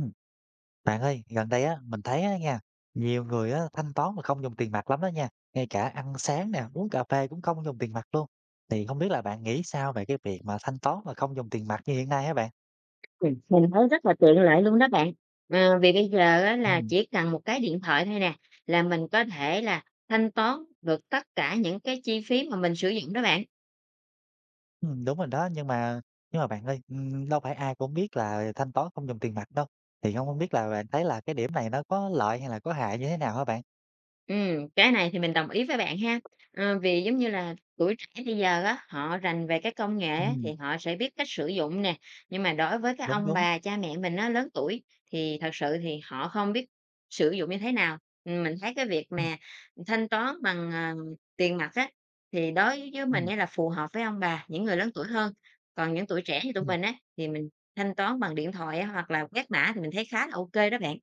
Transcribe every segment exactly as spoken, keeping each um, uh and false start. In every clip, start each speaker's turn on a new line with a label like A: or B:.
A: Ừm, Bạn ơi, gần đây á, mình thấy á nha, nhiều người á, thanh toán mà không dùng tiền mặt lắm đó nha, ngay cả ăn sáng nè, uống cà phê cũng không dùng tiền mặt luôn. Thì không biết là bạn nghĩ sao về cái việc mà thanh toán mà không dùng tiền mặt như hiện nay hả bạn?
B: Ừm, mình thấy rất là tiện lợi luôn đó bạn. Ờ, vì bây giờ á là
A: Ừm.
B: chỉ cần một cái điện thoại thôi nè, là mình có thể là thanh toán được tất cả những cái chi phí mà mình sử dụng đó bạn.
A: Ừm, đúng rồi đó, nhưng mà nhưng mà bạn ơi, ừm, đâu phải ai cũng biết là thanh toán không dùng tiền mặt đâu. Thì không hông biết là bạn thấy là cái điểm này nó có lợi hay là có hại như thế nào hả bạn?
B: Ừm, cái này thì mình đồng ý với bạn ha. Ờ, vì giống như là tuổi trẻ bây giờ á, họ rành về cái công nghệ á, thì
A: Ừm.
B: họ sẽ biết cách sử dụng nè, nhưng mà đối với các
A: Đúng,
B: ông
A: đúng.
B: bà, cha mẹ mình á, lớn tuổi thì thật sự thì họ không biết sử dụng như thế nào. Ừm, mình thấy cái việc
A: Ừm,
B: mà thanh toán bằng, ờ, tiền mặt á, thì đối với mình á là phù hợp với ông bà, những người lớn tuổi hơn, còn những tuổi trẻ như tụi
A: ừm.
B: mình á, thì mình thanh toán bằng điện thoại á, hoặc là quét mã thì mình thấy khá là ok đó bạn.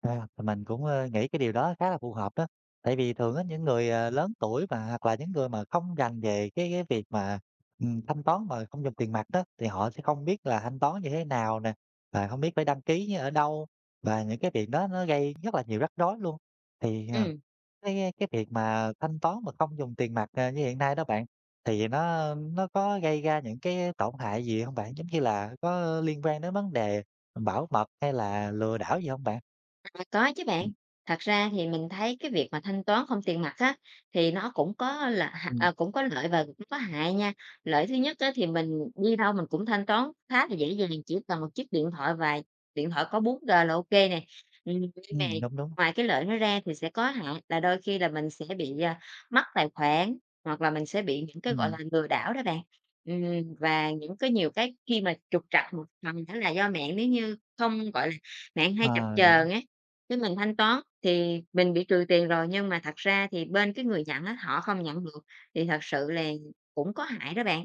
A: À, thì mình cũng, ơ, nghĩ cái điều đó khá là phù hợp đó. Tại vì thường á, những người, ờ, lớn tuổi mà hoặc là những người mà không rành về cái cái việc mà, ừm, thanh toán mà không dùng tiền mặt đó, thì họ sẽ không biết là thanh toán như thế nào nè, và không biết phải đăng ký như ở đâu, và những cái việc đó nó gây rất là nhiều rắc rối luôn. Thì, ờ,
B: Ừ.
A: cái cái việc mà thanh toán mà không dùng tiền mặt, ờ, như hiện nay đó bạn, thì nó nó có gây ra những cái tổn hại gì không bạn? Giống như là có liên quan đến vấn đề bảo mật hay là lừa đảo gì không bạn?
B: À, có chứ bạn. Thật ra thì mình thấy cái việc mà thanh toán không tiền mặt á thì nó cũng có là
A: Ừm.
B: à, cũng có lợi và cũng có hại nha. Lợi thứ nhất á, thì mình đi đâu mình cũng thanh toán khá là dễ dàng chỉ cần một chiếc điện thoại và điện thoại có bốn gờ là ok nè. Ừ, nhưng mà
A: Ừm, đúng, đúng.
B: ngoài cái lợi nó ra thì sẽ có hại là đôi khi là mình sẽ bị à, mất tài khoản hoặc là mình sẽ bị những cái gọi
A: Ừm,
B: là lừa đảo đó bạn. Ừ, và những cái nhiều cái khi mà trục trặc một phần đó là do mạng, nếu như không gọi là mạng hay chập
A: ờ, đúng,
B: chờn á, khi mình thanh toán thì mình bị trừ tiền rồi, nhưng mà thật ra thì bên cái người nhận á, họ không nhận được, thì thật sự là cũng có hại đó bạn.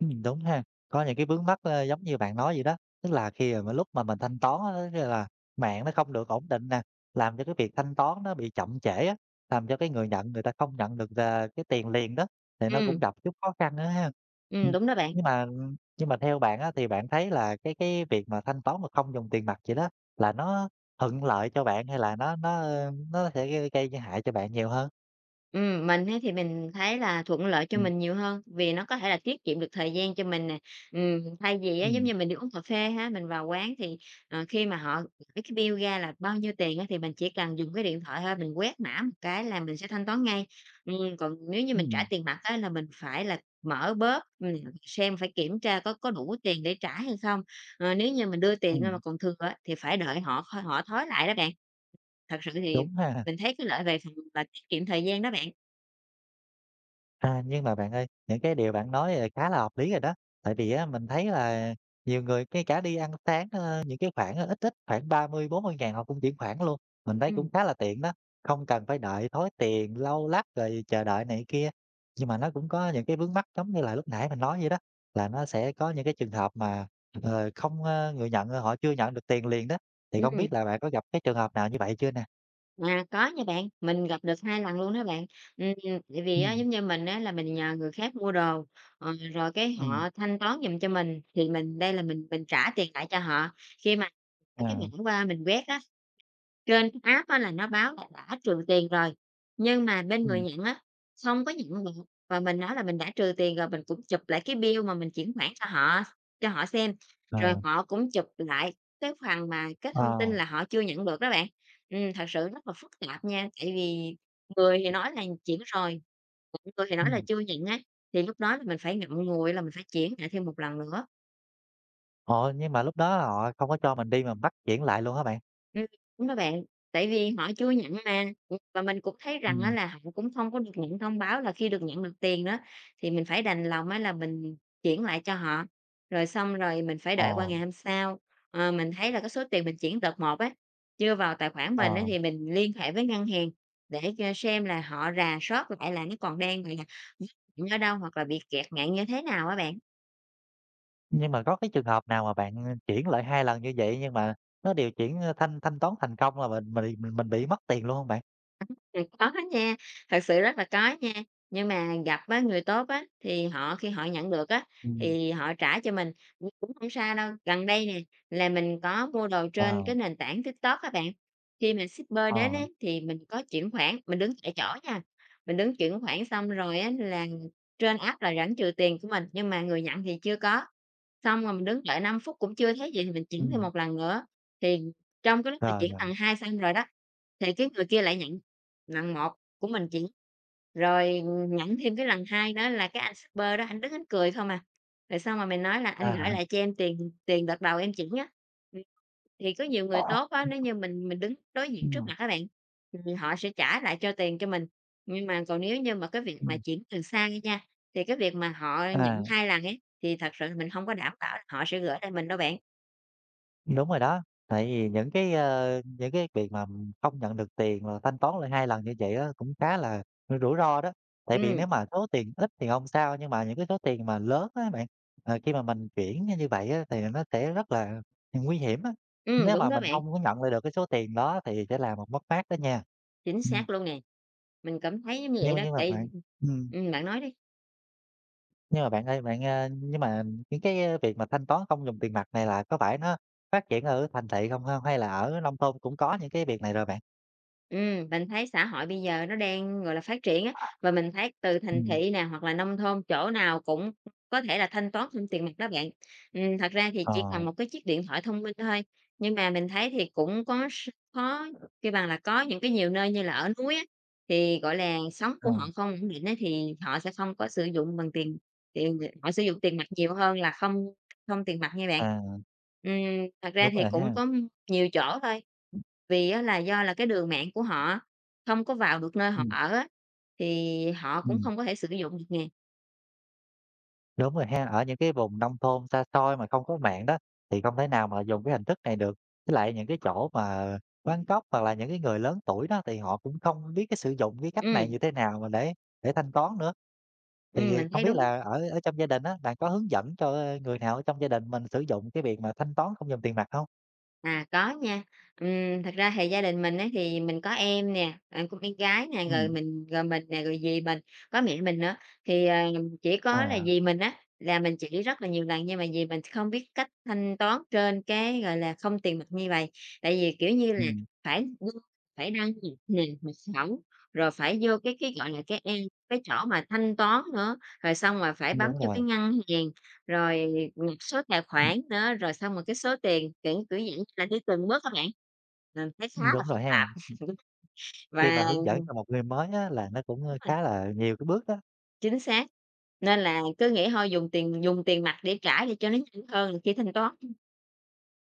A: ừm, đúng ha. Có những cái vướng mắc, ơ, giống như bạn nói vậy đó, tức là khi mà lúc mà mình thanh toán á, tức là mạng nó không được ổn định nè, làm cho cái việc thanh toán nó bị chậm trễ á, làm cho cái người nhận người ta không nhận được, ờ, cái tiền liền đó, thì nó cũng
B: Ừm,
A: gặp chút khó khăn nữa ha.
B: ừm,
A: Ừm,
B: đúng đó bạn.
A: nhưng mà nhưng mà theo bạn á, thì bạn thấy là cái cái việc mà thanh toán mà không dùng tiền mặt vậy đó, là nó thuận lợi cho bạn hay là nó nó, ơ, nó sẽ gây gây hại cho bạn nhiều hơn?
B: Ừm, mình ấy thì mình thấy là thuận lợi cho
A: Ừm,
B: mình nhiều hơn, vì nó có thể là tiết kiệm được thời gian cho mình nè. Ừm, thay vì á, giống
A: ừm,
B: như mình đi uống cà phê ha, mình vào quán thì, ờ, khi mà họ gửi cái bill ra là bao nhiêu tiền á, thì mình chỉ cần dùng cái điện thoại thôi, mình quét mã một cái là mình sẽ thanh toán ngay. Ừm, còn nếu như mình trả
A: ừm,
B: tiền mặt á, là mình phải là mở bóp, ừm, xem phải kiểm tra có có đủ tiền để trả hay không. Ờ, nếu như mình đưa tiền ra mà
A: ừm.
B: còn thừa á, thì phải đợi họ họ thối lại đó bạn. Thật sự thì
A: Đúng ha.
B: mình thấy cái lợi về phần là tiết kiệm thời gian đó bạn.
A: À, nhưng mà bạn ơi, những cái điều bạn nói, là khá là hợp lý rồi đó. Tại vì á, mình thấy là nhiều người ngay cả đi ăn sáng, ơ, những cái khoản ít ít, khoảng ba mươi bốn mươi ngàn họ cũng chuyển khoản luôn. Mình thấy
B: Ừm,
A: cũng khá là tiện đó, không cần phải đợi thối tiền, lâu lắc rồi chờ đợi này kia. Nhưng mà nó cũng có những cái vướng mắc giống như là lúc nãy mình nói vậy đó, là nó sẽ có những cái trường hợp mà, ờ, không, ơ người nhận, ờ, họ chưa nhận được tiền liền đó. Thì không biết
B: ừm,
A: là bạn có gặp cái trường hợp nào như vậy chưa nè?
B: à, có nha bạn, mình gặp được hai lần luôn đó bạn. Ừm, tại vì á,
A: Ừm,
B: giống như mình á, là mình nhờ người khác mua đồ, ờ, rồi cái
A: ừm,
B: họ thanh toán giùm cho mình, thì mình đây là mình mình trả tiền lại cho họ. Khi mà ở cái
A: à,
B: mã qua mình quét á, trên cái app á là nó báo là đã trừ tiền rồi, nhưng mà bên người
A: ừm,
B: nhận á, không có nhận được, và mình nói là mình đã trừ tiền rồi, mình cũng chụp lại cái bill mà mình chuyển khoản cho họ cho họ xem,
A: ờ,
B: rồi họ cũng chụp lại cái phần mà cái thông
A: ờ,
B: tin là họ chưa nhận được đó bạn. Ừm, thật sự rất là phức tạp nha, tại vì người thì nói là chuyển rồi, người thì nói là
A: ừm.
B: chưa nhận á, thì lúc đó là mình phải ngậm ngùi là mình phải chuyển lại thêm một lần nữa.
A: Ồ, nhưng mà lúc đó họ không có cho mình đi mà bắt chuyển lại luôn hả bạn?
B: Ừm, đúng đó bạn, tại vì họ chưa nhận mà, ừm, và mình cũng thấy rằng á
A: Ừm.
B: là họ cũng không có được nhận thông báo là khi được nhận được tiền đó, thì mình phải đành lòng á là mình chuyển lại cho họ, rồi xong rồi mình phải đợi qua
A: Ồ,
B: ngày hôm sau. Ờ, mình thấy là cái số tiền mình chuyển đợt một á, chưa vào tài khoản
A: ờ,
B: mình á thì mình liên hệ với ngân hàng để cho xem là họ rà soát lại là nó còn đang, gọi là, ở đâu hoặc là bị kẹt nạn như thế nào á bạn.
A: nhưng mà có cái trường hợp nào mà bạn, ơ, chuyển lại hai lần như vậy nhưng mà nó đều chuyển, ơ, thanh thanh toán thành công là mình mình mình mình bị mất tiền luôn hông bạn?
B: À, có nha, thật sự rất là có nha, nhưng mà gặp á, người tốt á, thì họ khi họ nhận được á,
A: Ừm.
B: thì họ trả cho mình, nhưng cũng không sao đâu. Gần đây nè, là mình có mua đồ trên
A: Ờ,
B: cái nền tảng TikTok các bạn, khi mà shipper đến
A: ờ,
B: ấy thì mình có chuyển khoản, mình đứng tại chỗ nha, mình đứng chuyển khoản xong rồi á, là trên app là rảnh trừ tiền của mình, nhưng mà người nhận thì chưa có. Xong rồi mình đứng đợi năm phút cũng chưa thấy gì thì mình chuyển thêm
A: Ừm.
B: một lần nữa, thì trong cái lúc mà
A: Rồi,
B: chuyển
A: rồi,
B: lần hai xong rồi đó, thì cái người kia lại nhận lần một của mình chỉ, rồi nhận thêm cái lần hai đó là cái anh shipper đó ảnh đứng ảnh cười không à. Rồi xong mà mình nói là "Anh
A: à.
B: gửi lại cho em tiền tiền đợt đầu em chuyển á." Ừm, thì có nhiều người tốt á, nếu như mình mình đứng đối diện trước
A: Ừm,
B: mặt các bạn, thì họ sẽ trả lại cho tiền cho mình. Nhưng mà còn nếu như mà cái việc mà
A: ừm.
B: chuyển từ xa đi nha, thì cái việc mà họ nhận
A: À.
B: hai lần ấy, thì thật sự mình không có đảm bảo là họ sẽ gửi lại mình đâu bạn.
A: Đúng rồi đó, tại vì những cái, ơ, những cái việc mà không nhận được tiền mà thanh toán lại hai lần như vậy đó cũng khá là rủi ro đó. Tại vì
B: Ừm,
A: nếu mà số tiền ít thì không sao, nhưng mà những cái số tiền mà lớn á bạn, ờ, khi mà mình chuyển như vậy á thì nó sẽ rất là nguy hiểm á.
B: ừm,
A: Nếu
B: đúng
A: mà
B: đó
A: mình
B: bạn,
A: không có nhận lại được cái số tiền đó thì sẽ là một mất mát đó nha.
B: chính
A: Ừm,
B: xác luôn nè. Mình cảm thấy như vậy
A: nhưng
B: đó,
A: nhưng mà
B: tại
A: bạn ừm.
B: ừm, bạn nói đi.
A: Nhưng mà bạn ơi, bạn, a nhưng mà những cái ờ, việc mà thanh toán không dùng tiền mặt này là có phải nó phát triển ở thành thị không ha? Hay là ở nông thôn cũng có những cái việc này rồi bạn?
B: Ừm, mình thấy xã hội bây giờ nó đang, gọi là, phát triển á, và mình thấy từ thành
A: Ừm,
B: thị nè, hoặc là nông thôn, chỗ nào cũng có thể là thanh toán không tiền mặt đó bạn. Ừm, thật ra thì chỉ
A: ờ,
B: cần một cái chiếc điện thoại thông minh thôi, nhưng mà mình thấy thì cũng có s khó kêu bằng là có những cái nhiều nơi như là ở núi á, thì, gọi là, sống
A: ờ,
B: của họ không ổn định á, thì họ sẽ không có sử dụng bằng tiền, tiền họ sử dụng tiền mặt nhiều hơn là không không tiền mặt nha bạn.
A: à,
B: Ừm, thật ra
A: đúng
B: thì
A: rồi
B: cũng
A: ha.
B: có nhiều chỗ thôi. Vì á là do là cái đường mạng của họ không có vào được nơi họ
A: Ừm,
B: ở á, thì họ cũng
A: ừm,
B: không có thể sử dụng được nè.
A: đúng rồi ha. Ở những cái vùng nông thôn xa xôi mà không có mạng đó, thì không thể nào mà dùng cái hình thức này được. Với lại những cái chỗ mà quán cóc hoặc là những cái người lớn tuổi đó, thì họ cũng không biết cái sử dụng cái cách này
B: Ừm,
A: như thế nào mà để để thanh toán nữa.
B: ừm,
A: Thì
B: mình
A: không
B: thấy
A: biết
B: đúng.
A: là ở ở trong gia đình á, bạn có hướng dẫn cho, ơ, người nào ở trong gia đình mình sử dụng cái việc mà thanh toán không dùng tiền mặt không?
B: À, có nha. Ừm, thật ra thì gia đình mình ấy thì mình có em nè, à, cũng em gái nè, rồi
A: Ừm,
B: mình rồi mình nè, rồi dì mình, có mẹ mình nữa. Thì, à, chỉ có là
A: à,
B: dì mình á, là mình chỉ rất là nhiều lần nhưng mà dì mình không biết cách thanh toán trên cái, gọi là, không tiền mặt như vậy. Tại vì, kiểu như là,
A: ừm,
B: phải vô phải đăng nhập nè, mật khẩu, rồi phải vô cái cái, gọi là, cái, em cái chỗ mà thanh toán nữa, rồi xong rồi phải bấm
A: đúng
B: vô
A: rồi,
B: cái ngân hàng, rồi số tài
A: ừm,
B: khoản nữa, rồi xong rồi cái số tiền, kiểu, kiểu dạng như là, đi từng bước các bạn. Mình thấy khá là
A: đúng
B: phức
A: rồi ha.
B: tạp
A: Khi mà
B: và
A: hướng dẫn cho một người mới á, là nó cũng
B: đúng rồi,
A: khá là nhiều cái bước đó.
B: chính xác, nên là cứ nghĩ thôi dùng tiền dùng tiền mặt để trả để cho nó nhanh hơn là khi thanh toán.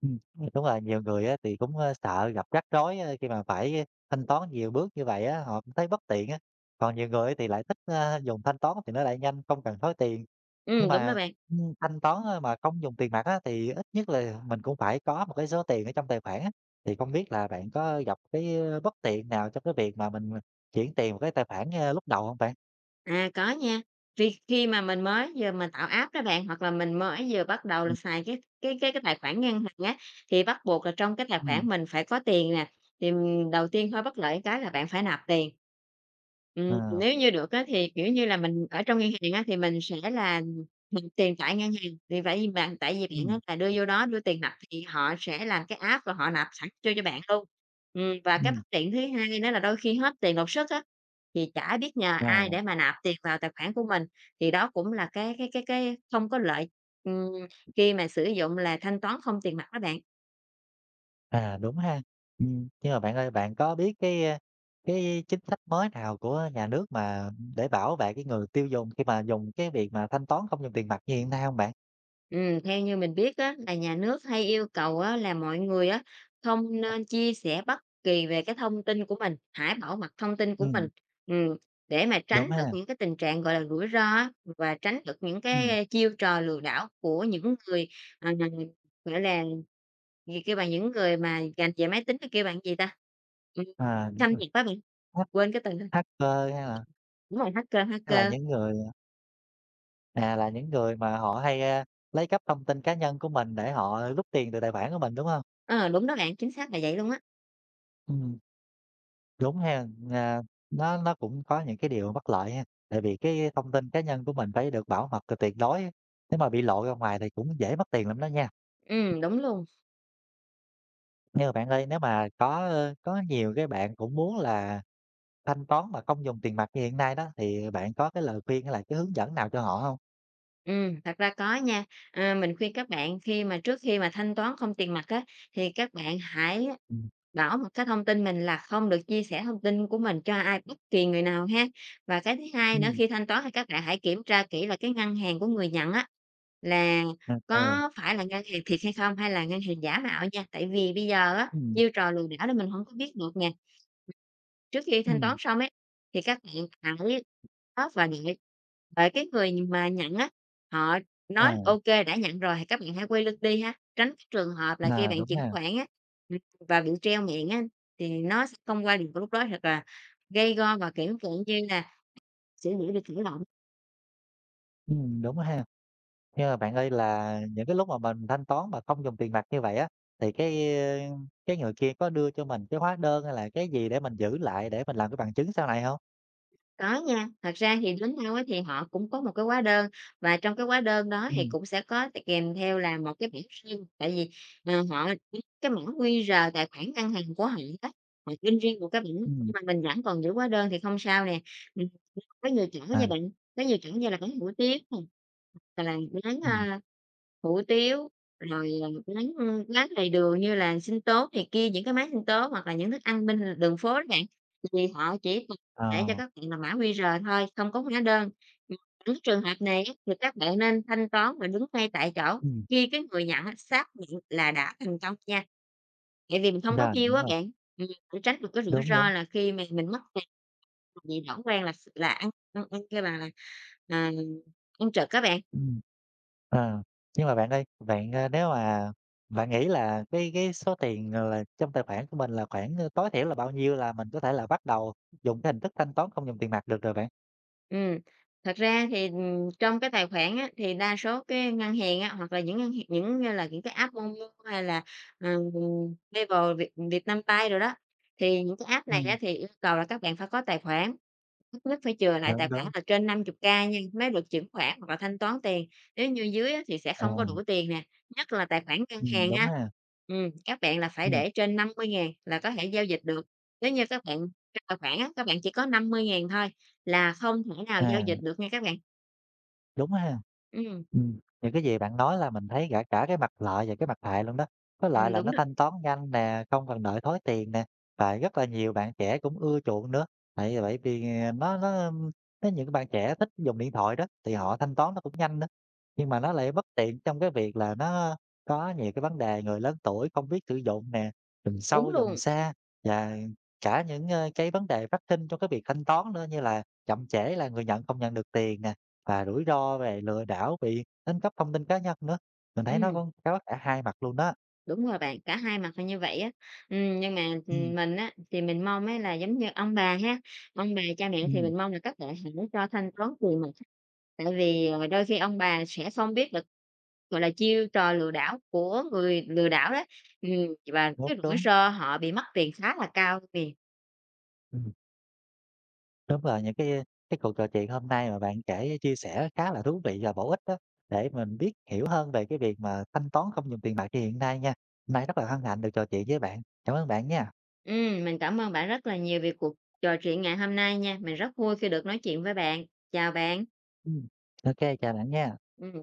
A: Ừm, đúng rồi, nhiều người á thì cũng, ơ, sợ gặp rắc rối, ơ, khi mà phải thanh toán nhiều bước như vậy á, họ cũng thấy bất tiện á. Còn nhiều người thì lại thích, ơ, dùng thanh toán thì nó lại nhanh, không cần thối tiền. Nhưng
B: Ừm, đúng đó
A: mà,
B: bạn.
A: ưm, thanh toán, ơ, mà không dùng tiền mặt á, thì ít nhất là mình cũng phải có một cái số tiền ở trong tài khoản á. Thì không biết là bạn có gặp cái ờ, bất tiện nào trong cái việc mà mình chuyển tiền một cái tài khoản, ơ, lúc đầu không bạn?
B: À, có nha. Vì khi mà mình mới vừa mình tạo app đó bạn, hoặc là mình mới vừa bắt đầu
A: Ừm,
B: là xài cái cái cái cái tài khoản ngân hàng á, thì bắt buộc là trong cái tài khoản
A: ừm.
B: mình phải có tiền nè. Thì, ừm, đầu tiên hơi bất lợi cái là bạn phải nạp tiền. Ừm,
A: Ờ,
B: nếu như được á, thì, kiểu như là, mình ở trong ngân hàng á, thì mình sẽ là nạp tiền tại ngân hàng, thì vậy bạn tại vì bạn á,
A: ừm,
B: là đưa vô đó đưa tiền nạp thì họ sẽ làm cái app và họ nạp sẵn cho cho bạn luôn. Ừm, và cái
A: ừm,
B: bất tiện thứ hai nữa là đôi khi hết tiền đột xuất á, thì chả biết nhờ ai để mà nạp tiền vào tài khoản của mình, thì đó cũng là cái cái cái cái không có lợi, ừm, khi mà sử dụng là thanh toán không tiền mặt đó bạn.
A: À, đúng ha. Ừm, nhưng mà bạn ơi, bạn có biết cái, a, cái chính sách mới nào của nhà nước mà để bảo vệ cái người tiêu dùng khi mà dùng cái việc mà thanh toán không dùng tiền mặt như hiện nay không bạn?
B: Ừm, theo như mình biết á, là nhà nước hay yêu cầu á, là mọi người á, không nên chia sẻ bất kỳ về cái thông tin của mình, hãy bảo mật thông tin của
A: Ừm,
B: mình, ừm, để mà
A: đúng
B: tránh được
A: ha,
B: những cái tình trạng, gọi là, rủi ro á, và tránh được những cái,
A: ừm,
B: a, chiêu trò lừa đảo của những người, à, gọi là, gì kêu bằng, những người mà rành về máy tính, cái kêu bạn gì ta? Ừm,
A: à, đúng
B: xâm
A: rồi,
B: nhập quá bạn,
A: hack
B: quên cái từ rồi,
A: hacker hay là
B: đúng rồi, hacker,
A: hay là
B: hacker,
A: những người à, là những người mà họ hay, a, lấy cắp thông tin cá nhân của mình để họ rút tiền từ tài khoản của mình, đúng không?
B: ờ, đúng đó bạn, chính xác là vậy luôn á,
A: Ừm. Đúng ha, à, nó nó cũng có những cái điều bất lợi ha, tại vì cái thông tin cá nhân của mình phải được bảo mật tuyệt đối á, nếu mà bị lộ ra ngoài thì cũng dễ mất tiền lắm đó nha.
B: ừm, đúng luôn.
A: Nhưng mà bạn ơi, nếu mà có, ơ, có nhiều cái bạn cũng muốn là thanh toán mà không dùng tiền mặt như hiện nay đó, thì bạn có cái lời khuyên hay là cái hướng dẫn nào cho họ không?
B: Ừ, thật ra có nha. Ờ, mình khuyên các bạn khi mà trước khi mà thanh toán không tiền mặt á, thì các bạn hãy
A: Ừ,
B: bảo một cái thông tin mình là không được chia sẻ thông tin của mình cho ai, bất kỳ người nào ha. Và cái thứ hai nữa
A: ừ,
B: khi thanh toán thì các bạn hãy kiểm tra kỹ là cái ngân hàng của người nhận á, là
A: ô kê.
B: có phải là ngân hàng thiệt hay không hay là ngân hàng giả mạo nha. Tại vì bây giờ á,
A: Ừm,
B: chiêu trò lừa đảo đó mình không có biết được nè. Trước khi thanh toán xong ấy, thì các bạn hãy đó và đợi đợi cái người mà nhận á, họ nói
A: À,
B: "OK, đã nhận rồi" thì các bạn hãy quay lưng đi ha, tránh cái trường hợp là khi
A: à,
B: bạn
A: đúng
B: chuyển
A: ha,
B: khoản á, ừm, và bị treo miệng á, thì nó sẽ không qua được lúc đó, thật là gây go và, kiểu, dạng như là sẽ dễ bị thụ động.
A: ừm, đúng ha. Nhưng mà bạn ơi là những cái lúc mà mình thanh toán mà không dùng tiền mặt như vậy á, thì cái, cái người kia có đưa cho mình cái hóa đơn hay là cái gì để mình giữ lại để mình làm cái bằng chứng sau này không?
B: Có nha, thật ra thì lính Âu á thì họ cũng có một cái hóa đơn và trong cái hóa đơn đó
A: Ừ.
B: thì cũng sẽ có t kèm theo là một cái bản riêng, tại vì, ờ, họ cái mã quy rờ tài khoản ngân hàng của họ á, họ in riêng một cái bảng,
A: Ừm,
B: mà mình vẫn còn giữ hóa đơn thì không sao nè. Có nhiều kiểu nha
A: À,
B: bạn, có nhiều kiểu như là bánh hủ tiếu nè, hoặc là bán
A: ừm.
B: a, hủ tiếu, rồi, ờ, bánh, ưm, bánh đầy đường như là sinh tố này kia, những cái máy sinh tố hoặc là những thức ăn bên đường phố đó bạn, thì họ chỉ cần để cho
A: Ờ,
B: các bạn là mã QR thôi, không có hóa đơn. Ừm, những trường hợp này á thì các bạn nên thanh toán và đứng ngay tại chỗ
A: Ừm.
B: khi cái người nhận á xác nhận là đã thành công nha, tại vì mình không có
A: Rồi,
B: bill
A: đúng
B: á
A: rồi,
B: bạn, ừm, để tránh được cái rủi
A: đúng, đúng.
B: ro là khi mà mình mất tiền bị lãng quen là là ăn ăn ăn cái bàn là À, con trực á bạn.
A: Ừm. Ờ, nhưng mà bạn ơi, bạn, ơ, nếu mà bạn nghĩ là cái cái số tiền, ờ, là, trong tài khoản của mình là khoảng, ơ, tối thiểu là bao nhiêu là mình có thể là bắt đầu dùng cái hình thức thanh toán không dùng tiền mặt được rồi bạn?
B: Ừm, thật ra thì, ừm, trong cái tài khoản á, thì đa số cái ngân hàng á, hoặc là những ngân hàng những như là những cái app Momo hay là, ừm, Viber, Việt Vietnambank rồi đó, thì những cái app này á,
A: Ừ.
B: thì yêu cầu là các bạn phải có tài khoản. Ít nhất phải chừa lại
A: Đúng,
B: tài khoản
A: đúng,
B: là trên năm mươi ca nha, mới được chuyển khoản hoặc là thanh toán tiền, nếu như dưới á thì sẽ
A: à,
B: không có đủ tiền nè, nhất là tài khoản ngân
A: Ừm,
B: hàng
A: đúng
B: ha.
A: ha.
B: Ừm, các bạn là phải
A: Ừm.
B: để trên năm mươi ngàn là có thể giao dịch được, nếu như các bạn trong tài khoản á, các bạn chỉ có năm mươi ngàn thôi là không thể nào giao
A: À.
B: dịch được nha các bạn.
A: Đúng ha.
B: Ừ
A: Ừm, những cái gì bạn nói là mình thấy cả cả cái mặt lợi và cái mặt hại luôn đó. Có lợi
B: ừm,
A: là
B: đúng
A: nó
B: đó,
A: thanh toán nhanh nè, không cần đợi thối tiền nè, và rất là nhiều bạn trẻ cũng ưa chuộng nữa. Tại bởi vì, à, nó nó nó những cái bạn trẻ thích dùng điện thoại đó, thì họ thanh toán nó cũng nhanh đó. Nhưng mà nó lại bất tiện trong cái việc là nó có nhiều cái vấn đề người lớn tuổi không biết sử dụng nè, dùng
B: đúng
A: sâu dùng
B: luôn,
A: xa, và cả những, ơ, cái vấn đề phát sinh trong cái việc thanh toán nữa, như là chậm trễ là người nhận không nhận được tiền nè, và rủi ro về lừa đảo bị đánh cắp thông tin cá nhân nữa, mình thấy
B: Ừ
A: nó cũng có cả hai mặt luôn đó.
B: đúng rồi bạn, cả hai mặt là như vậy á. Ừm, nhưng mà,
A: Ừm,
B: ừm, mình á thì mình mong á là giống như ông bà ha, ông bà cha mẹ thì
A: ừm,
B: mình mong là các bạn hãy cho thanh toán tiền mặt. Tại vì, ờ, đôi khi ông bà sẽ không biết được, gọi là, chiêu trò lừa đảo của người lừa đảo đó, ừm, và
A: đúng,
B: cái rủi
A: đúng.
B: ro họ bị mất tiền khá là cao liền.
A: ừm, Đúng là những cái cái cuộc trò chuyện hôm nay mà bạn kể chia sẻ khá là thú vị và bổ ích đó, để mình biết hiểu hơn về cái việc mà thanh toán không dùng tiền mặt như hiện nay nha. Hôm nay rất là hân hạnh được trò chuyện với bạn. Cảm ơn bạn nha.
B: Ừm, mình cảm ơn bạn rất là nhiều về cuộc trò chuyện ngày hôm nay nha, mình rất vui khi được nói chuyện với bạn. Chào bạn.
A: Ừm, ô Chào bạn nha.
B: Ừm.